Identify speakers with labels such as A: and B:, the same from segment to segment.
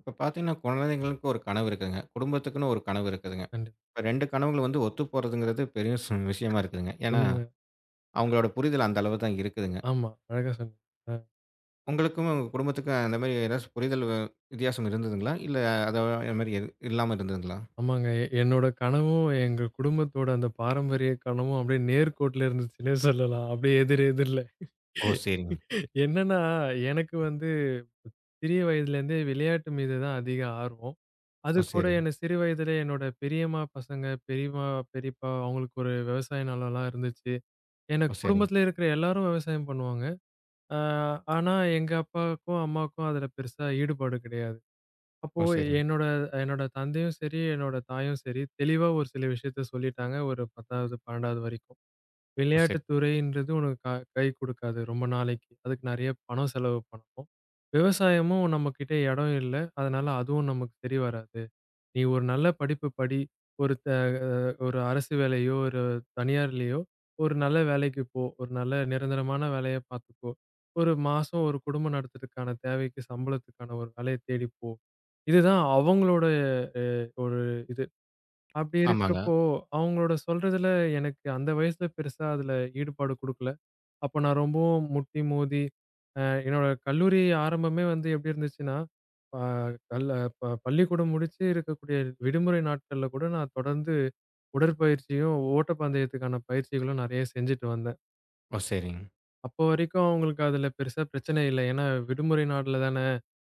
A: இப்ப பார்த்தீங்கன்னா, குழந்தைங்களுக்கு ஒரு கனவு இருக்குதுங்க. குடும்பத்துக்குன்னு ஒரு கனவு இருக்குதுங்க.
B: கண்டிப்பா.
A: இப்ப 2 கனவுகள் வந்து ஒத்து போறதுங்கிறது பெரிய விஷயமா இருக்குதுங்க. ஏன்னா,
B: உண்ம.
A: அவங்களோட புரிதல் அந்த அளவு தான் இருக்குதுங்க.
B: ஆமா. அழகா சொன்னீங்க. அ
A: உங்களுக்கும் உங்க குடும்பத்துக்கும் அந்த மாரி ஏதாச்சும் புரிதல் வித்தியாசம் இருந்ததுங்களா? இல்ல அத அது மாரி எது இல்லாம இருந்ததுங்களா?
B: ஆமாங்க. என்னோட கனவும், எங்க குடும்பத்தோட அந்த பாரம்பரிய கனவும் அப்படியே நேர்கோட்டுல இருந்துச்சுன்னே சொல்லலாம். அப்படியே எதிர் எதிர்ல.
A: ஓ! சரிங்க.
B: என்னன்னா, எனக்கு வந்து சிறிய வயதிலேருந்தே விளையாட்டு மீது தான் அதிக ஆர்வம். அது
A: ஓ!
B: கூட
A: சரிங்க.
B: என்ன சிறு வயதிலே என்னோட பெரியம்மா பசங்க, பெரியம்மா, பெரியப்பா அவங்களுக்கு ஒரு விவசாய நிலம்லாம் இருந்துச்சு. ஏன்னா
A: ஓ! சரிங்க.
B: குடும்பத்தில இருக்கிற எல்லாரும் விவசாயம் பண்ணுவாங்க. அ ஆனா எங்க அப்பாவுக்கும், அம்மாவுக்கும் அதில பெருசா ஈடுபாடு கிடையாது. அப்போ
A: ஓ! சரிங்க.
B: என்னோட என்னோட தந்தையும் சரி, என்னோட தாயும் சரி, தெளிவா ஒரு சில விஷயத்த சொல்லிட்டாங்க. ஒரு 10வது, 12வது வரைக்கும்.
A: ஓ! சரி.
B: விளையாட்டுத் துறைன்றது உனக்கு கை குடுக்காது ரொம்ப நாளைக்கு. அதுக்கு நெறைய பணம் செலவு பண்ணணும். விவசாயமும் நம்மகிட்ட இடம் இல்ல. அதனால அதுவும் நமக்கு சரி வராது. நீ ஒரு நல்ல படிப்பு படி. ஒரு த ஒரு அரசு வேலையோ, ஒரு தனியார்லயோ ஒரு நல்ல வேலைக்கு போ. ஒரு நல்ல நிரந்தரமான வேலைய பார்த்துக்கோ. ஒரு மாசம் ஒரு குடும்பம் நடத்துறதுக்கான தேவைக்கு சம்பளத்துக்கான ஒரு வேலைய தேடி போ. இதுதான் அவங்களோட ஒரு இது. அப்படி
A: ஆமாங்க.
B: இருக்கிறப்போ, அவங்களோட சொல்றதுல எனக்கு அந்த வயசுல பெருசா அதுல ஈடுபாடு குடுக்கல. அப்ப நான் ரொம்பவும் முட்டி மோதி, அ என்னோட கல்லூரி ஆரம்பமே வந்து எப்படி இருந்துச்சுன்னா, அ கல் ப பள்ளிக்கூடம் முடிச்சு இருக்கக்கூடிய விடுமுறை நாட்கள்ல கூட நான் தொடர்ந்து உடற்பயிற்சியும், ஓட்டப்பந்தயத்துக்கான பயிற்சிகளும் நெறைய செஞ்சுட்டு வந்தேன்.
A: ஓ! சரிங்க.
B: அப்போ வரைக்கும் அவங்களுக்கு அதுல பெருசா பிரச்சனை இல்ல. ஏன்னா விடுமுறை நாள்ல தான,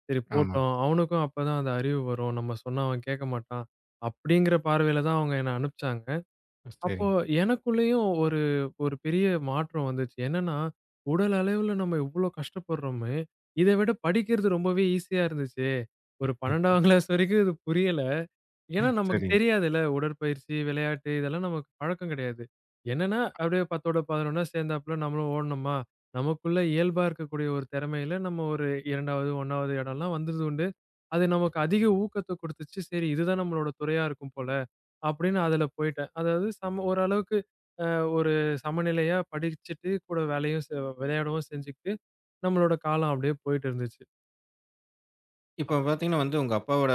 B: சரி
A: ஆமா.
B: போட்டோம். அவனுக்கும் அப்பதான் அந்த அறிவு வரும். நம்ம சொன்னா அவன் கேட்க மாட்டான். அப்படிங்கிற பார்வையில தான் அவங்க என்ன அனுப்பிச்சாங்க.
A: ஓ!
B: அப்போ
A: சரிங்க.
B: எனக்குள்ளேயும் ஒரு ஒரு பெரிய மாற்றம் வந்துச்சு. என்னன்னா, உடல் அளவுல நம்ம இவ்ளோ கஷ்டப்படுறோமே, இத விட படிக்கிறது ரொம்பவே ஈஸியா இருந்துச்சே. ஒரு 12ஆம் கிளாஸ் வரைக்கும் இது புரியல. ஏன்னா நமக்கு
A: சரி.
B: தெரியாதுல்ல. உடற்பயிற்சி, விளையாட்டு இதெல்லாம் நமக்கு பழக்கம் கிடையாது. என்னன்னா, அப்படியே 10ஓட 11ஆ சேர்ந்தாப்புல நம்மளும் ஓடுனோமா, நமக்குள்ள இயல்பா இருக்கக்கூடிய ஒரு திறமையில நம்ம ஒரு 2வது, 1வது இடம்லாம் வந்தது உண்டு. அது நமக்கு அதிக ஊக்கத்த குடுத்துச்சு. சரி இதுதான் நம்மளோட துறையா இருக்கும் போல, அப்படின்னு அதுல போயிட்டேன். அதாவது சம ஓரளவுக்கு அ ஒரு சமநிலையா படிச்சுட்டு, கூட வேலையும் செ விளையாடவும் செஞ்சுக்கிட்டு, நம்மளோட காலம் அப்படியே போயிட்டு இருந்துச்சு.
A: இப்ப
B: அப்ப
A: பார்த்தீங்கன்னா வந்து, உங்க அப்பாவோட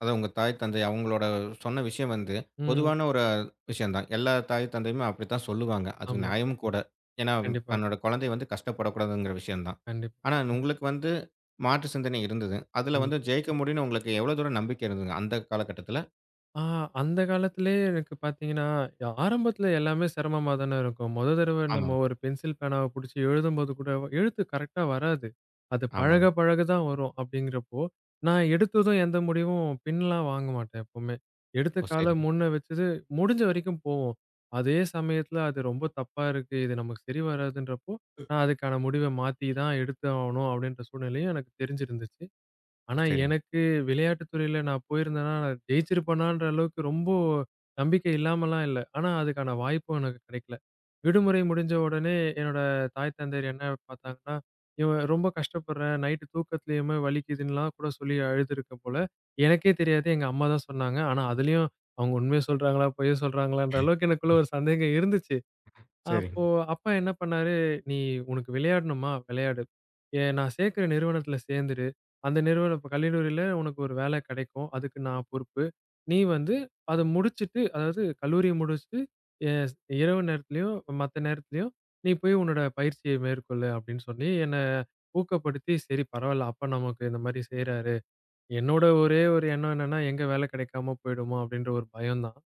A: அதாவது உங்க தாய், தந்தை அவங்களோட சொன்ன விஷயம் வந்து,
B: ம்.
A: பொதுவான ஒரு விஷயம் தான். எல்லா தாய், தந்தையுமே அப்படித்தான் சொல்லுவாங்க. அது
B: ஆமா.
A: நியாயமும் கூட. ஏன்னா,
B: கண்டிப்பா,
A: தன்னோட குழந்தை வந்து கஷ்டப்படக்கூடாதுங்கிற விஷயம் தான்.
B: கண்டிப்பா.
A: ஆனா,
B: ம்.
A: உங்களுக்கு வந்து மாற்று சிந்தனை இருந்தது. அதுல
B: ஆமா.
A: வந்து ஜெயிக்க முடியும்னு உங்களுக்கு எவ்வளோ தூரம் நம்பிக்கை இருந்ததுங்க, அந்த காலகட்டத்தில?
B: ஆ அந்த காலத்திலயே எனக்கு பார்த்தீங்கன்னா, ஆரம்பத்தில எல்லாமே சிரமமா தானே இருக்கும். மொத தடவ நம்ம
A: ஆமாங்க,
B: ஒரு பென்சில் பேனாவ புடிச்சு எழுதும்போது கூட எழுத்து கரெக்ட்டா வராது. அது பழக
A: ஆமாங்க.
B: பழக தான் வரும் அப்படிங்கிறப்போ, நான் எடுத்ததும் எந்த முடிவும் பின்லாம் வாங்க மாட்டேன் எப்பவுமே. எடுத்த
A: ஓ!
B: கால
A: சரிங்க,
B: முன்ன வச்சது முடிஞ்ச வரைக்கும் போவோம். அதே சமயத்தில அது ரொம்ப தப்பா இருக்கு. இது நமக்கு சரி வராதுன்றப்போ, நான் அதுக்கான முடிவ மாத்தி தான் எடுத்து ஆவணும் அப்படின்ற சூழ்நிலையும் எனக்கு தெரிஞ்சிருந்துச்சு.
A: ஓ
B: ஆனா,
A: சரிங்க,
B: எனக்கு விளையாட்டு துறையில நான் போயிருந்தேன்னா, நான் ஜெயிச்சிருப்பேனான்ற அளவுக்கு ரொம்ப நம்பிக்கை இல்லாமலாம் இல்ல. ஆனா, அதுக்கான வாய்ப்பும் எனக்கு கிடைக்கல. விடுமுறை முடிஞ்ச உடனே என்னோட தாய், தந்தையர் என்ன பார்த்தாங்கன்னா, "இவன் ரொம்ப கஷ்டப்படுறேன். நைட்டு தூக்கத்திலயுமே வலிக்குதுன்லாம்" கூட சொல்லி அழுதுருக்க போல. எனக்கே தெரியாது. எங்க அம்மா தான் சொன்னாங்க. ஆனா, அதுலயும் அவங்க உண்மைய சொல்றாங்களா? பொய்ய சொல்றாங்களான்ற அளவுக்கு எனக்குள்ள ஒரு சந்தேகம் இருந்துச்சு. அப்போ
A: சரிங்க,
B: அப்பா என்ன பண்ணாரு, "நீ உனக்கு விளையாடணுமா? விளையாடு. நான் சேர்க்கிற நிறுவனத்தில சேர்ந்துரு. அந்த நிறுவனம் இப்ப கல்லூரியில உனக்கு ஒரு வேலை கிடைக்கும். அதுக்கு நான் பொறுப்பு. நீ வந்து அத முடிச்சுட்டு அதாவது கல்லூரிய முடிச்சுட்டு எ இரவு நேரத்திலயும், மத்த நேரத்திலயும் நீ போய் உன்னோட பயிற்சியை மேற்கொள்ளு." அப்படின்னு சொல்லி என்ன ஊக்கப்படுத்தி, "சரி பரவால்ல, அப்பா நமக்கு இந்த மாரி செய்றாரு." என்னோட ஒரே ஒரு எண்ணம் என்னன்னா, எங்க வேலை கிடைக்காம போயிடுமோ அப்படின்ற ஒரு பயம் தான்.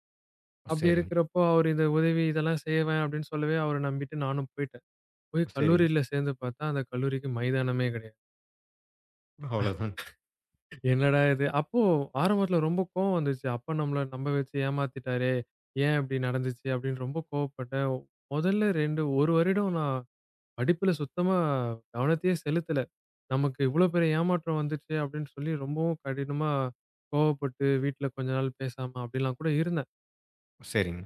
A: ஓ!
B: அப்படி
A: சரிங்க, ஓ! சரிங்க,
B: இருக்கிறப்போ, அவரு இந்த உதவி இதெல்லாம் செய்வேன் அப்படின்னு சொல்லவே அவர நம்பிட்டு நானும் போயிட்டேன். போய்
A: ஓ சரிங்க.
B: கல்லூரியில சேர்ந்து பார்த்தா, அந்த கல்லூரிக்கு மைதானமே கிடையாது.
A: அவ்வளோதான்.
B: என்னடா இது! அப்போ ஆரம்பத்துல ரொம்ப கோவம் வந்துச்சு. அப்பா நம்மள நம்ப வச்சு ஏமாத்திட்டாரே! ஏன் இப்படி நடந்துச்சு? அப்படின்னு ரொம்ப கோவப்பட்டேன். முதல்ல 2 1 வருடம் நான் படிப்புல சுத்தமா கவனத்தையே செலுத்தல. நமக்கு இவ்வளோ பெரிய ஏமாற்றம் வந்துச்சே! அப்படின்னு சொல்லி ரொம்பவும் கடினமா கோவப்பட்டு, வீட்ல கொஞ்ச நாள் பேசாம அப்படிலாம் கூட இருந்தேன்.
A: ஓ சரிங்க.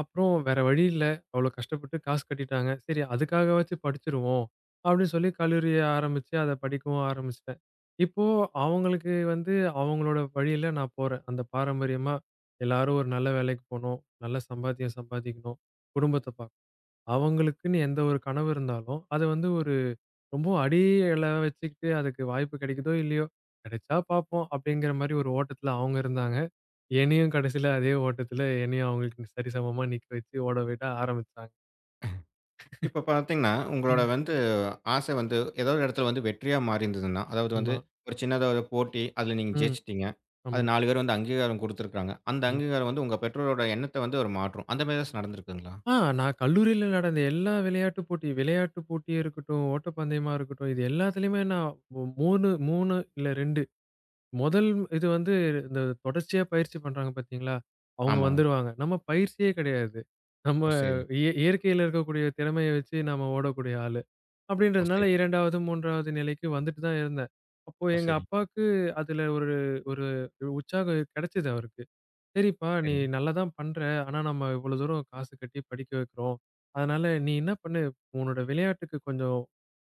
B: அப்புறம் வேற வழி இல்ல. அவ்ளோ கஷ்டப்பட்டு காசு கட்டிட்டாங்க. சரி அதுக்காகவாச்சும் படிச்சுருவோம். அப்படின்னு சொல்லி கல்லூரிய ஆரம்பிச்சு, அத படிக்கவும் ஆரம்பிச்சுட்டேன். இப்போ அவங்களுக்கு வந்து அவங்களோட வழியில நான் போறேன். அந்த பாரம்பரியமா எல்லாரும் ஒரு நல்ல வேலைக்கு போணும். நல்ல சம்பாத்தியம் சம்பாதிக்கணும். குடும்பத்த பாக்கணும். அவங்களுக்குன்னு எந்த ஒரு கனவு இருந்தாலும், அது வந்து ஒரு ரொம்ப அடில வச்சுக்கிட்டு அதுக்கு வாய்ப்பு கிடைக்குதோ! இல்லையோ! கிடைச்சா பார்ப்போம் அப்படிங்கிற மாரி ஒரு ஓட்டத்துல அவங்க இருந்தாங்க. என்னையும் கடைசில அதே ஓட்டத்துல என்னையும் அவங்களுக்கு சரிசமமா நிக்க வச்சு ஓட விட ஆரம்பிச்சாங்க.
A: இப்ப பார்த்தீங்கன்னா, உங்களோட
B: ம்.
A: வந்து ஆசை வந்து ஏதோ ஒரு இடத்துல வந்து வெற்றியா மாறியிருந்ததுன்னா, அதாவது வந்து
B: ஆமா.
A: ஒரு சின்னதா ஒரு போட்டி, அதுல நீங்க
B: ம்.
A: ஜெயிச்சுட்டீங்க. அது
B: ஆமா,
A: 4 பேர் வந்து அங்கீகாரம் குடுத்துருக்காங்க. அந்த
B: ஆமா.
A: அங்கீகாரம் வந்து உங்க பெற்றோரோட எண்ணத்த வந்து ஒரு மாற்றும். அந்த மாரி ஏதாச்சும் நடந்திருக்குங்களா?
B: ஆ நான் கல்லூரியில நடந்த எல்லா விளையாட்டு போட்டி விளையாட்டு போட்டியா இருக்கட்டும், ஓட்டப்பந்தயமா இருக்கட்டும், இது எல்லாத்துலயுமே நான் 3, 3 இல்ல 2 முதல் இது வந்து இந்த தொடர்ச்சியா பயிற்சி பண்றாங்க பார்த்தீங்களா? அவங்க
A: ஆமா.
B: வந்துருவாங்க. நம்ம பயிற்சியே கிடையாது. நம்ம
A: ஓ! சரி.
B: இயற்கையில இருக்கக்கூடிய திறமைய வச்சு நம்ம ஓடக்கூடிய ஆளு.
A: ஓ!
B: அப்படின்றதுனால
A: சரி.
B: 2வது, 3வது நிலைக்கு வந்துட்டு தான் இருந்தேன். அப்போ
A: ஓ!
B: எங்க
A: சரி.
B: அப்பாவுக்கு அதுல ஒரு ஒரு உற்சாகம் கிடைச்சது அவருக்கு. சரிப்பா, நீ
A: சரிங்க.
B: நல்லா தான் பண்ற. ஆனா நம்ம இவ்வளோ தூரம் காசு கட்டி படிக்க வைக்கிறோம். அதனால நீ என்ன பண்ணு, உன்னோட விளையாட்டுக்கு கொஞ்சம்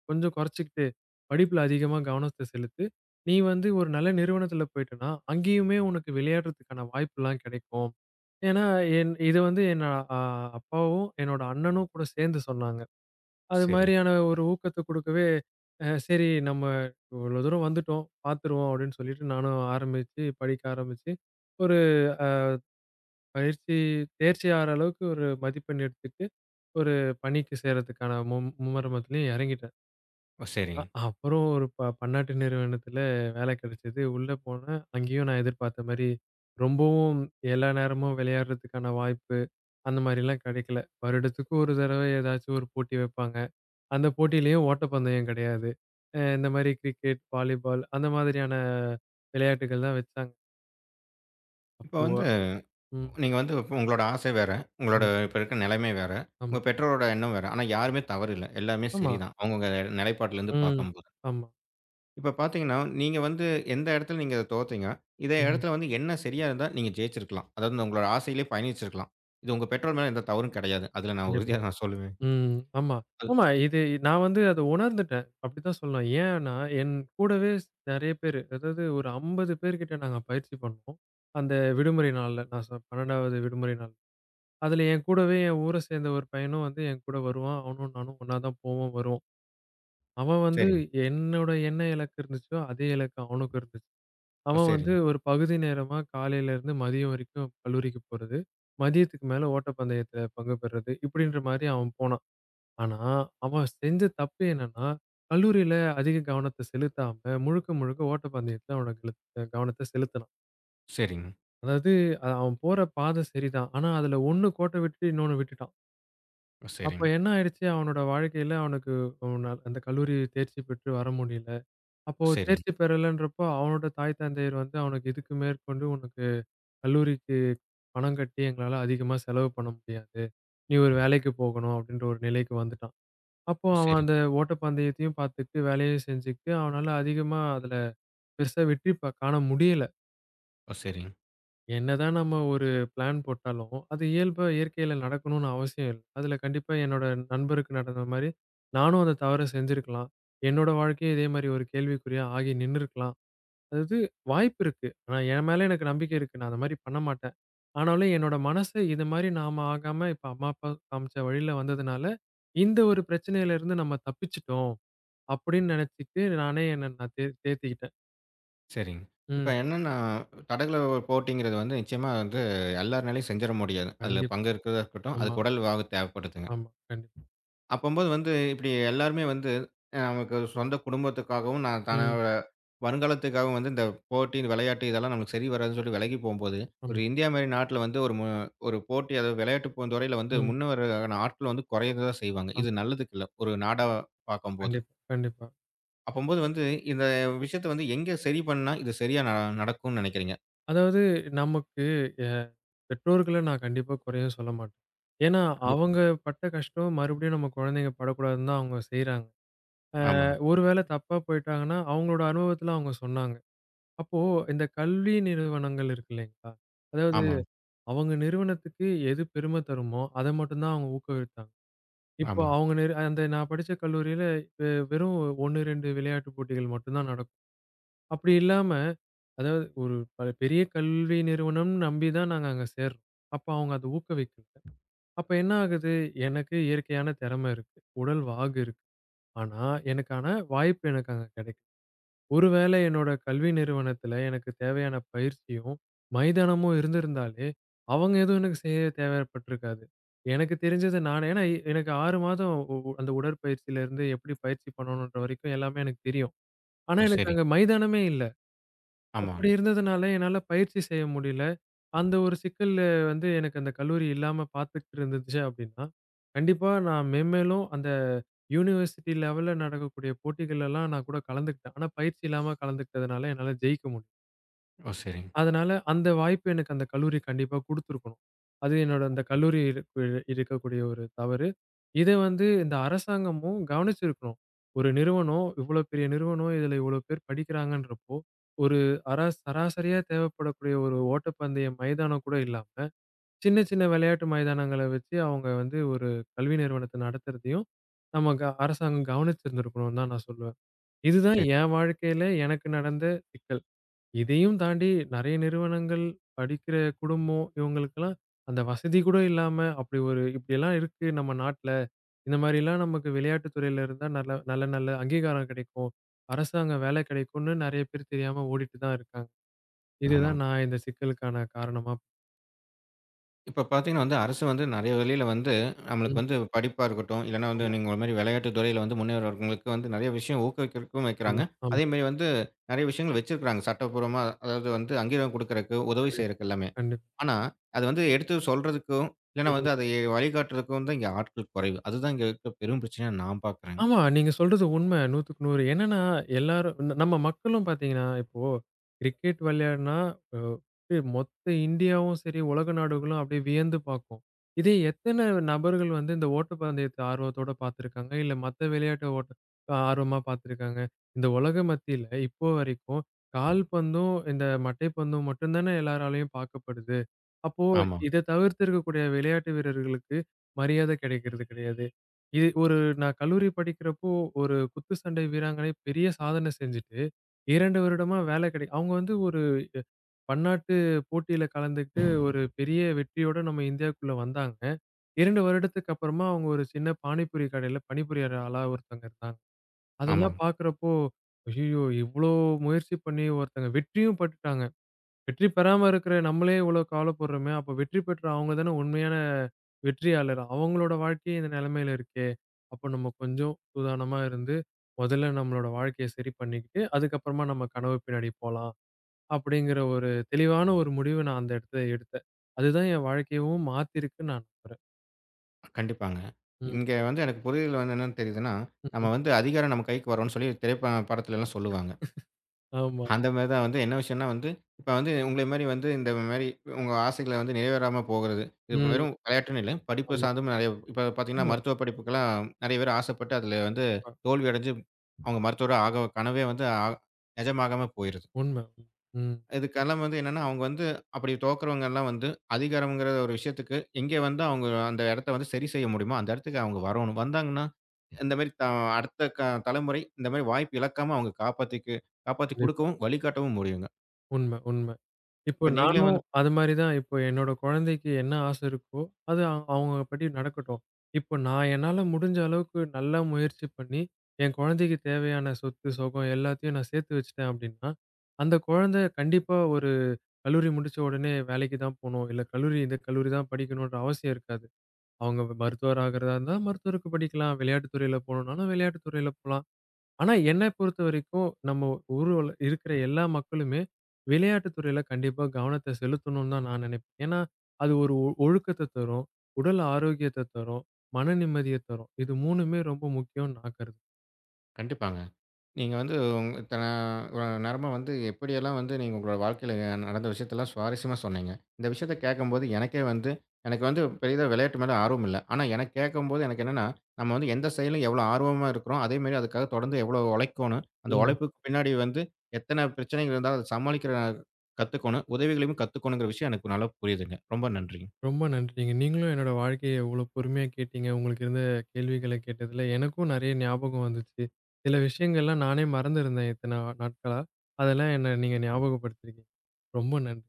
B: கொஞ்சம் குறைச்சுக்கிட்டு, படிப்புல அதிகமா கவனத்த செலுத்து. நீ வந்து ஒரு நல்ல நிறுவனத்தில போயிட்டன்னா, அங்கேயுமே உனக்கு விளையாடுறதுக்கான வாய்ப்புலாம் கிடைக்கும். ஏன்னா, என் இது வந்து என் அ அப்பாவும், என்னோட அண்ணனும் கூட சேர்ந்து சொன்னாங்க. அது
A: சரிங்க.
B: மாரியான ஒரு ஊக்கத்த குடுக்கவே, சரி நம்ம இவ்வளோ தூரம் வந்துட்டோம், பார்த்துருவோம் அப்படின்னு சொல்லிட்டு நானும் ஆரம்பிச்சு, படிக்க ஆரம்பிச்சு, ஒரு பயிற்சி தேர்ச்சி ஆற அளவுக்கு ஒரு மதிப்பெண் எடுத்துட்டு, ஒரு பணிக்கு சேர்றதுக்கான மும்மரமத்திலயும் இறங்கிட்டேன்.
A: ஓ!
B: அ
A: சரிங்க.
B: அப்புறம் ஒரு பன்னாட்டு நிறுவனத்தில வேலை கிடைச்சது. உள்ள போனேன். அங்கேயும் நான் எதிர்பார்த்த மாரி ரொம்பவும் எல்லா நேரமும் விளையாடுறதுக்கான வாய்ப்பு, அந்த மாரிலாம் கிடைக்கல. வருடத்துக்கு ஒரு தடவை ஏதாச்சும் ஒரு போட்டி வைப்பாங்க. அந்த போட்டியிலயும் ஓட்டப்பந்தயம் கிடையாது. இந்த மாரி கிரிக்கெட், வாலிபால் அந்த மாதிரியான விளையாட்டுகள் தான் வச்சாங்க.
A: இப்ப
B: அப்போ
A: வந்து
B: ம்.
A: நீங்க வந்து இப்ப உங்களோட ஆசை வேற, உங்களோட
B: ஆமா,
A: இப்ப இருக்கிற நிலைமை வேற, உங்க
B: ஆமா,
A: பெற்றோரோட எண்ணம் வேற. ஆனா யாருமே தவறு இல்ல. எல்லாமே
B: ஆமா.
A: சரிதான். அவங்கவங்க நிலைப்பாட்டுலருந்து
B: ம்.
A: பார்க்கும்போது.
B: ஆமா.
A: இப்ப பார்த்தீங்கன்னா, நீங்க வந்து எந்த இடத்துல நீங்க அத தோத்தீங்க? இதே
B: ம்ஹ்ம்.
A: இடத்துல வந்து என்ன சரியா இருந்தா நீங்க ஜெயிச்சிருக்கலாம். அதாவது உங்களோட ஆசையிலே பயணிச்சிருக்கலாம். இது உங்க பெற்றோர் மேல எந்த தவறும் கிடையாது. அதுல நான்
B: கண்டிப்பா.
A: உறுதியா நான் சொல்லுவேன்.
B: ம். ஆமா.
A: அது
B: ஆமா. இது நான் வந்து அத உணர்ந்துட்டேன். அப்படித்தான் சொல்லலாம். ஏன்னா, என் கூடவே நெறைய பேரு, அதாவது ஒரு 50 பேர்கிட்ட நாங்க பயிற்சி பண்ணோம். அந்த விடுமுறை நாள்ல. நான் சொ 12வது விடுமுறை நாள். அதுல என் கூடவே என் ஊர சேர்ந்த ஒரு பையனும் வந்து என் கூட வருவான். அவனும் நானும் ஒண்ணா தான் போவோம், வருவோம். அவன் வந்து
A: சரிங்க.
B: என்னோட என்ன இலக்கு இருந்துச்சோ, அதே இலக்கு அவனுக்கும் இருந்துச்சு.
A: ஓ!
B: அவன் வந்து
A: சரிங்க.
B: ஒரு பகுதி நேரமா காலையில இருந்து மதியம் வரைக்கும் கல்லூரிக்கு போறது. மதியத்துக்கு மேல ஓட்டப்பந்தயத்துல பங்கு பெறுறது. இப்படின்ற மாரி அவன் போனான். ஆனா, அவன் செஞ்ச தப்பு என்னன்னா, கல்லூரியில அதிக கவனத்த செலுத்தாம, முழுக்க முழுக்க ஓட்டப்பந்தயத்துல அவனுக்கு கவனத்த செலுத்துனான்.
A: சரிங்க.
B: அதாவது அவன் போற பாதை சரிதான். ஆனா, அதுல ஒண்ணு கோட்ட விட்டுட்டு இன்னொன்னு விட்டுட்டான்.
A: ஓ!
B: அப்ப
A: சரிங்க.
B: என்ன ஆயிடுச்சு, அவனோட வாழ்க்கையில அவனுக்கு அவன அந்த கல்லூரி தேர்ச்சி பெற்று வர முடியல.
A: ஓ
B: அப்போ
A: சரிங்க.
B: தேர்ச்சி பெறலன்றப்போ, அவனோட தாய் தந்தையர் வந்து அவனுக்கு இதுக்கு மேற்கொண்டு உனக்கு கல்லூரிக்கு பணம் கட்டி எங்களால அதிகமா செலவு பண்ண முடியாது. நீ ஒரு வேலைக்கு போகணும் அப்படின்ற ஒரு நிலைக்கு வந்துட்டான். அப்போ
A: ஓ!
B: அவன்
A: சரிங்க.
B: அந்த ஓட்டப்பந்தயத்தையும் பார்த்துட்டு, வேலையும் செஞ்சுக்கிட்டு, அவனால அதிகமா அதுல பெருசா வெற்றி காண முடியல.
A: ஓ! சரிங்க.
B: என்னதான் நம்ம ஒரு பிளான் போட்டாலும், அது இயல்பா இயற்கையில நடக்கணும்னு அவசியம் இல்ல. அதுல கண்டிப்பா என்னோட நண்பருக்கு நடந்த மாரி, நானும் அந்த தவற செஞ்சிருக்கலாம். என்னோட வாழ்க்கையும் இதே மாரி ஒரு கேள்விக்குறியா ஆகி நின்னுருக்கலாம். அதாவது வாய்ப்பு இருக்கு. ஆனா என் மேல எனக்கு நம்பிக்கை இருக்கு. நான் அந்த மாரி பண்ண மாட்டேன். ஆனாலும் என்னோட மனசு இது மாரி நாம ஆகாம, இப்ப அம்மா, அப்பா காமிச்ச வழியில வந்ததுனால, இந்த ஒரு பிரச்சனையில இருந்து நம்ம தப்பிச்சுட்டோம். அப்படின்னு நினைச்சுட்டு நானே என்ன நான் தேத்திக்கிட்டேன்.
A: சரிங்க. இப்ப
B: ம்.
A: என்னன்னா, தடகள போட்டிங்கிறது வந்து நிச்சயமா வந்து எல்லார்னாலயும் செஞ்சிட முடியாது. அதுல
B: கண்டிப்பா.
A: பங்கேற்கிறதா இருக்கட்டும்,
B: ஆமா,
A: அதுக்கு உடல் வாகு தேவைப்படுதுங்க.
B: ஆமா. கண்டிப்பா.
A: அப்பம்போது வந்து இப்டி எல்லாருமே வந்து நமக்கு சொந்த குடும்பத்துக்காகவும், நான்
B: ம்.
A: தன்னோட வருங்காலத்துக்காகவும் வந்து இந்த போட்டி, விளையாட்டு இதெல்லாம் நமக்கு சரி வராதுன்னு சொல்லி விலகி போம்போது, ஒரு
B: ஆமா.
A: இந்தியா மாரி நாட்ல வந்து ஒரு போட்டி அதாவது விளையாட்டு துறையில வந்து
B: ம்.
A: முன்னவரான ஆட்கள் வந்து குறையத தான் செய்வாங்க.
B: ஆமா.
A: இது நல்லதுக்கு இல்ல. ஒரு நாடா பார்க்கும்போது.
B: கண்டிப்பா, கண்டிப்பா.
A: அப்பம்போது வந்து இந்த விஷயத்த வந்து எங்க சரி பண்ணா இது சரியா நடக்கும்னு நெனைக்கிறீங்க?
B: அதாவது நமக்கு எ பெற்றோர்கள நான் கண்டிப்பா குறையும் சொல்ல மாட்டேன். ஏன்னா,
A: கண்டிப்பா.
B: அவங்க பட்ட கஷ்டம் மறுபடியும் நம்ம குழந்தைங்க படக்கூடாதுன்னு தான் அவங்க செய்றாங்க.
A: ஆமா,
B: ஒரு வேளை தப்பா போயிட்டாங்கன்னா, அவங்களோட அனுபவத்துல அவங்க சொன்னாங்க. அப்போ இந்த கல்வி நிறுவனங்கள் இருக்கு இல்லைங்களா? அதாவது
A: ஆமா,
B: அவங்க நிறுவனத்துக்கு எது பெருமை தருமோ, அத மட்டும் தான் அவங்க ஊக்குவித்தாங்க. இப்போ
A: ஆமா.
B: அவங்க நிறு அந்த நான் படிச்ச கல்லூரியில வெறும் 1, 2 விளையாட்டு போட்டிகள் மட்டும் தான் நடக்கும். அப்படி இல்லாம, அதாவது ஒரு பெரிய கல்வி நிறுவனம் நம்பி தான் நாங்க அங்க சேர்றோம். அப்ப அவங்க அத ஊக்குவிக்கல. அப்ப என்ன ஆகுது, எனக்கு இயற்கையான திறமை இருக்கு. உடல் வாகு இருக்கு. ஆனா, எனக்கான வாய்ப்பு எனக்கு அங்க கிடைக்கல. ஒருவேளை என்னோட கல்வி நிறுவனத்துல எனக்கு தேவையான பயிற்சியும், மைதானமும் இருந்திருந்தாலே, அவங்க எதுவும் எனக்கு செய்ய தேவைப்பட்டிருக்காது. எனக்கு தெரிஞ்சத நானே ஏன்னா எனக்கு 6 மாதம் உ உ அந்த உடற்பயிற்சியிலிருந்து எப்படி பயிற்சி பண்ணணுன்ற வரைக்கும் எல்லாமே எனக்கு தெரியும். ஆனா
A: ஓ!
B: எனக்கு
A: சரி.
B: அங்க மைதானமே இல்ல.
A: ஆமா.
B: அப்படி இருந்ததுனால, என்னால பயிற்சி செய்ய முடியல. அந்த ஒரு சிக்கல்ல வந்து எனக்கு அந்த கல்லூரி இல்லாம பார்த்துக்கிட்டு இருந்துச்சு அப்படின்னா, கண்டிப்பா நான் மென்மேலும் அந்த யூனிவர்சிட்டி லெவல்ல நடக்கக்கூடிய போட்டிகள் எல்லாம் நான் கூட கலந்துக்கிட்டேன். ஆனா பயிற்சி இல்லாம கலந்துக்கிட்டதுனால என்னால ஜெயிக்க முடியல.
A: ஓ! சரிங்க.
B: அதனால அந்த வாய்ப்பு எனக்கு அந்த கல்லூரி கண்டிப்பா குடுத்துருக்கணும். அது என்னோட அந்த கல்லூரி இருக்கக்கூடிய ஒரு தவறு. இத வந்து இந்த அரசாங்கமும் கவனிச்சிருக்கணும். ஒரு நிறுவனம் இவ்ளோ பெரிய நிறுவனம் இதுல இவ்ளோ பேர் படிக்கிறாங்கன்றப்போ, ஒரு சராசரியா தேவைப்படக்கூடிய ஒரு ஓட்டப்பந்தய மைதானம் கூட இல்லாம, சின்ன சின்ன விளையாட்டு மைதானங்கள வச்சு அவங்க வந்து ஒரு கல்வி நிறுவனத்த நடத்துறதையும் நம்ம அரசாங்கம் கவனிச்சிருந்திருக்கணும்னு தான் நான் சொல்லுவேன். இதுதான்
A: சரி.
B: என் வாழ்க்கையில எனக்கு நடந்த சிக்கல். இதையும் தாண்டி நெறைய நிறுவனங்கள், படிக்கிற குடும்பம் இவங்களுக்கெல்லாம் அந்த வசதி கூட இல்லாம, அப்படி ஒரு இப்படியெல்லாம் இருக்கு நம்ம நாட்ல. இந்த மாரிலாம் நமக்கு விளையாட்டுத் துறையில இருந்தா நல்ல நல்ல நல்ல அங்கீகாரம் கிடைக்கும். அரசாங்க வேலை கிடைக்கும்னு நெறைய பேர் தெரியாம ஓடிட்டு தான் இருக்காங்க.
A: ஆமா.
B: இதுதான் நான் இந்த சிக்கலுக்கான காரணமா
A: இப்ப பார்த்தீங்கன்னா வந்து, அரசு வந்து நெறைய வழியில வந்து, நம்மளுக்கு
B: ம்.
A: வந்து படிப்பா இருக்கட்டும், இல்லன்னா வந்து
B: ஆமா,
A: நீங்க ஒரு மாரி விளையாட்டு துறையில வந்து முன்னேறவங்களுக்கு வந்து நெறைய விஷயம் ஊக்குவிக்கிறதுக்கும்
B: ஆமா,
A: வைக்கிறாங்க.
B: ஆமா.
A: அதே மாரி வந்து நெறைய விஷயங்கள் வச்சிருக்கிறாங்க. சட்டப்பூர்வமா அதாவது வந்து அங்கீகாரம் குடுக்குறதுக்கு, உதவி
B: கண்டிப்பா.
A: செய்றதுக்கு எல்லாமே.
B: கண்டிப்பா.
A: ஆனா, அது வந்து எடுத்து சொல்றதுக்கும், இல்லன்னா
B: ம்.
A: வந்து அதை வழிகாட்டுறதுக்கும் தான் இங்க ஆட்கள் குறைவு. அதுதான் இங்க இருக்க பெரும் பிரச்சனையா நான் பார்க்குறேங்க.
B: ஆமா. நீங்க சொல்றது உண்ம. 100க்கு 100. என்னன்னா, எல்லாரும் நம்ம மக்களும் பார்த்தீங்கன்னா, இப்போ கிரிக்கெட் விளையாடுனா, அ அப்படியே மொத்த இந்தியாவும் சரி, உலக நாடுகளும் அப்படியே வியந்து பார்க்கும். இதே எத்தன நபர்கள் வந்து இந்த ஓட்டப்பந்தயத்த ஆர்வத்தோட பார்த்துருக்காங்க? இல்ல மத்த விளையாட்ட ஓட்ட ஆர்வமா பார்த்துருக்காங்க? இந்த உலக மத்தியில இப்போ வரைக்கும் கால்பந்தும், இந்த மட்டைப்பந்தும் மட்டும் தானே எல்லாராலயும் பார்க்கப்படுது. அப்போ
A: ஆமா,
B: இத தவிர்த்து இருக்கக்கூடிய விளையாட்டு வீரர்களுக்கு மரியாதை கிடைக்கிறது கிடையாது. இது ஒரு நான் கல்லூரி படிக்கிறப்போ, ஒரு குத்துச்சண்டை வீராங்கனை பெரிய சாதனை செஞ்சுட்டு, 2 வருடமா வேலை கிடை அவங்க வந்து ஒரு பன்னாட்டு போட்டியில கலந்துக்கிட்டு ஒரு பெரிய வெற்றியோட நம்ம இந்தியாக்குள்ள வந்தாங்க. 2 வருடத்துக்கு அப்புறமா அவங்க ஒரு சின்ன பானிபூரி கடையில பணிபுரியற ஆளா ஒருத்தவங்க இருந்தாங்க.
A: ஆமா.
B: அதெல்லாம் பார்க்குறப்போ, ஐயய்யோ! இவ்ளோ முயற்சி பண்ணி ஒருத்தங்க வெற்றியும் பட்டுட்டாங்க. வெற்றி பெறாம இருக்கிற நம்மளே இவ்ளோ கவலைப்படுறோமே! அப்ப வெற்றி பெற்ற அவங்க தானே உண்மையான வெற்றியாளர். அவங்களோட வாழ்க்கையே இந்த நிலைமையில இருக்கே! அப்போ நம்ம கொஞ்சம் சூதானமா இருந்து, முதல்ல நம்மளோட வாழ்க்கைய சரி பண்ணிக்கிட்டு, அதுக்கப்புறமா நம்ம கனவு பின்னாடி போலாம். அப்படிங்கிற ஒரு தெளிவான ஒரு முடிவு நான் அந்த இடத்துல எடுத்தேன். அதுதான் என் வாழ்க்கையவும் மாத்திருக்குன்னு நான் நம்புறேன்.
A: கண்டிப்பாங்க.
B: ம்.
A: இங்க வந்து எனக்கு புரிதல் வந்து என்னன்னு தெரியுதுன்னா,
B: ம்ஹ்ம்.
A: நம்ம வந்து அதிகாரம் நம்ம கைக்கு வரணும்னு சொல்லி திரைப்ப படத்துலலாம் சொல்லுவாங்க.
B: ஆமா.
A: அந்த மாரி தான் வந்து என்ன விஷயம்னா வந்து, இப்ப வந்து உங்கள மாரி வந்து இந்த மாரி உங்க ஆசைகள வந்து நிறைவேறாம போகுறது. இது இப்ப
B: ம்.
A: வெறும் விளையாட்டுன்னு இல்ல. படிப்பு
B: ஆமா.
A: சார்ந்தும் நெறைய இப்ப பார்த்தீங்கன்னா,
B: ஆமா.
A: மருத்துவ படிப்புக்கெல்லாம் நெறைய பேர் ஆசைப்பட்டு அதில வந்து
B: கண்டிப்பா.
A: தோல்வி அடைஞ்சு அவங்க மருத்துவரா ஆக கனவே வந்து நிஜமாகாம போயிருது.
B: உண்ம. ம்.
A: இதுக்கெல்லாம் வந்து என்னன்னா, அவங்க வந்து அப்படி தோக்குறவங்க எல்லாம் வந்து அதிகாரம்ங்கிற ஒரு விஷயத்துக்கு எங்கே வந்து அவங்க அந்த இடத்த வந்து சரி செய்ய முடியுமோ, அந்த இடத்துக்கு அவங்க வரணும். வந்தாங்கன்னா, இந்த மாரி த அடுத்த க தலைமுறை இந்த மாரி வாய்ப்பு இழக்காம அவங்க காப்பாத்தி
B: கண்டிப்பா.
A: குடுக்கவும், வழிகாட்டவும் முடியுங்க.
B: உண்ம, உண்ம. இப்போ
A: இப்ப நீங்களே
B: நானும்
A: வந்து
B: அது மாரி தான். இப்போ என்னோட குழந்தைக்கு என்ன ஆசை இருக்கோ, அது அவங்க படி நடக்கட்டும். இப்போ நான் என்னால முடிஞ்ச அளவுக்கு நல்லா முயற்சி பண்ணி, என் குழந்தைக்கு தேவையான சொத்து, சுகம் எல்லாத்தையும் நான் சேர்த்து வச்சுட்டேன் அப்படின்னா, அந்த குழந்தை கண்டிப்பா ஒரு கல்லூரி முடிச்ச உடனே வேலைக்கு தான் போணும். இல்ல கல்லூரி இந்த கல்லூரி தான் படிக்கணும்ன்ற அவசியம் இருக்காது. அவங்க மருத்துவர் ஆகுறதா இருந்தா மருத்துவருக்கு படிக்கலாம். விளையாட்டுத் துறையில போணும்னாலும் விளையாட்டுத் துறையில போலாம். ஆனா, என்ன பொறுத்தவரைக்கும் நம்ம ஊருல இருக்கிற எல்லா மக்களுமே, விளையாட்டு துறையில கண்டிப்பா கவனத்த செலுத்தணும்னு தான் நான் நினைப்பேன். ஏன்னா, அது ஒரு ஒழுக்கத்த தரும், உடல் ஆரோக்கியத்த தரும், மன நிம்மதிய தரும். இது 3மே ரொம்ப முக்கியம்னு நான் கருதுறேன்.
A: கண்டிப்பாங்க. நீங்க வந்து உங் இத்தன நேரமா வந்து எப்படியெல்லாம் வந்து நீங்க உங்களோட வாழ்க்கையில நடந்த விஷயத்தெல்லாம் சுவாரஸ்யமா சொன்னீங்க. இந்த விஷயத்த கேட்கும்போது எனக்கே வந்து எனக்கு வந்து பெரிதா விளையாட்டு மேல ஆர்வம் இல்ல. ஆனா எனக்கு கேட்கும்போது எனக்கு என்னன்னா, நம்ம வந்து எந்த செயலும் எவ்வளோ ஆர்வமா இருக்கிறோம், அதே மாரி அதுக்காக தொடர்ந்து எவ்வளோ உழைக்கோணும், அந்த
B: ம்.
A: உழைப்புக்கு பின்னாடி வந்து எத்தன பிரச்சனைகள் இருந்தாலும் அத சமாளிக்கிற கத்துக்கோணும், உதவிகளையும் கத்துக்கோணுங்கிற விஷயம் எனக்கு நல்லா புரியுதுங்க. ரொம்ப நன்றிங்க.
B: ரொம்ப நன்றிங்க. நீங்களும் என்னோட வாழ்க்கைய இவ்வளோ பொறுமையா கேட்டீங்க. உங்களுக்கு இருந்த கேள்விகள கேட்டதுல எனக்கும் நெறைய ஞாபகம் வந்துச்சு. சில விஷயங்கள்லாம் நானே மறந்திருந்தேன் இத்தன நாட்களா. அதெல்லாம் என்ன நீங்க ஞாபகப்படுத்தியிருக்கீங்க. ரொம்ப நன்றி.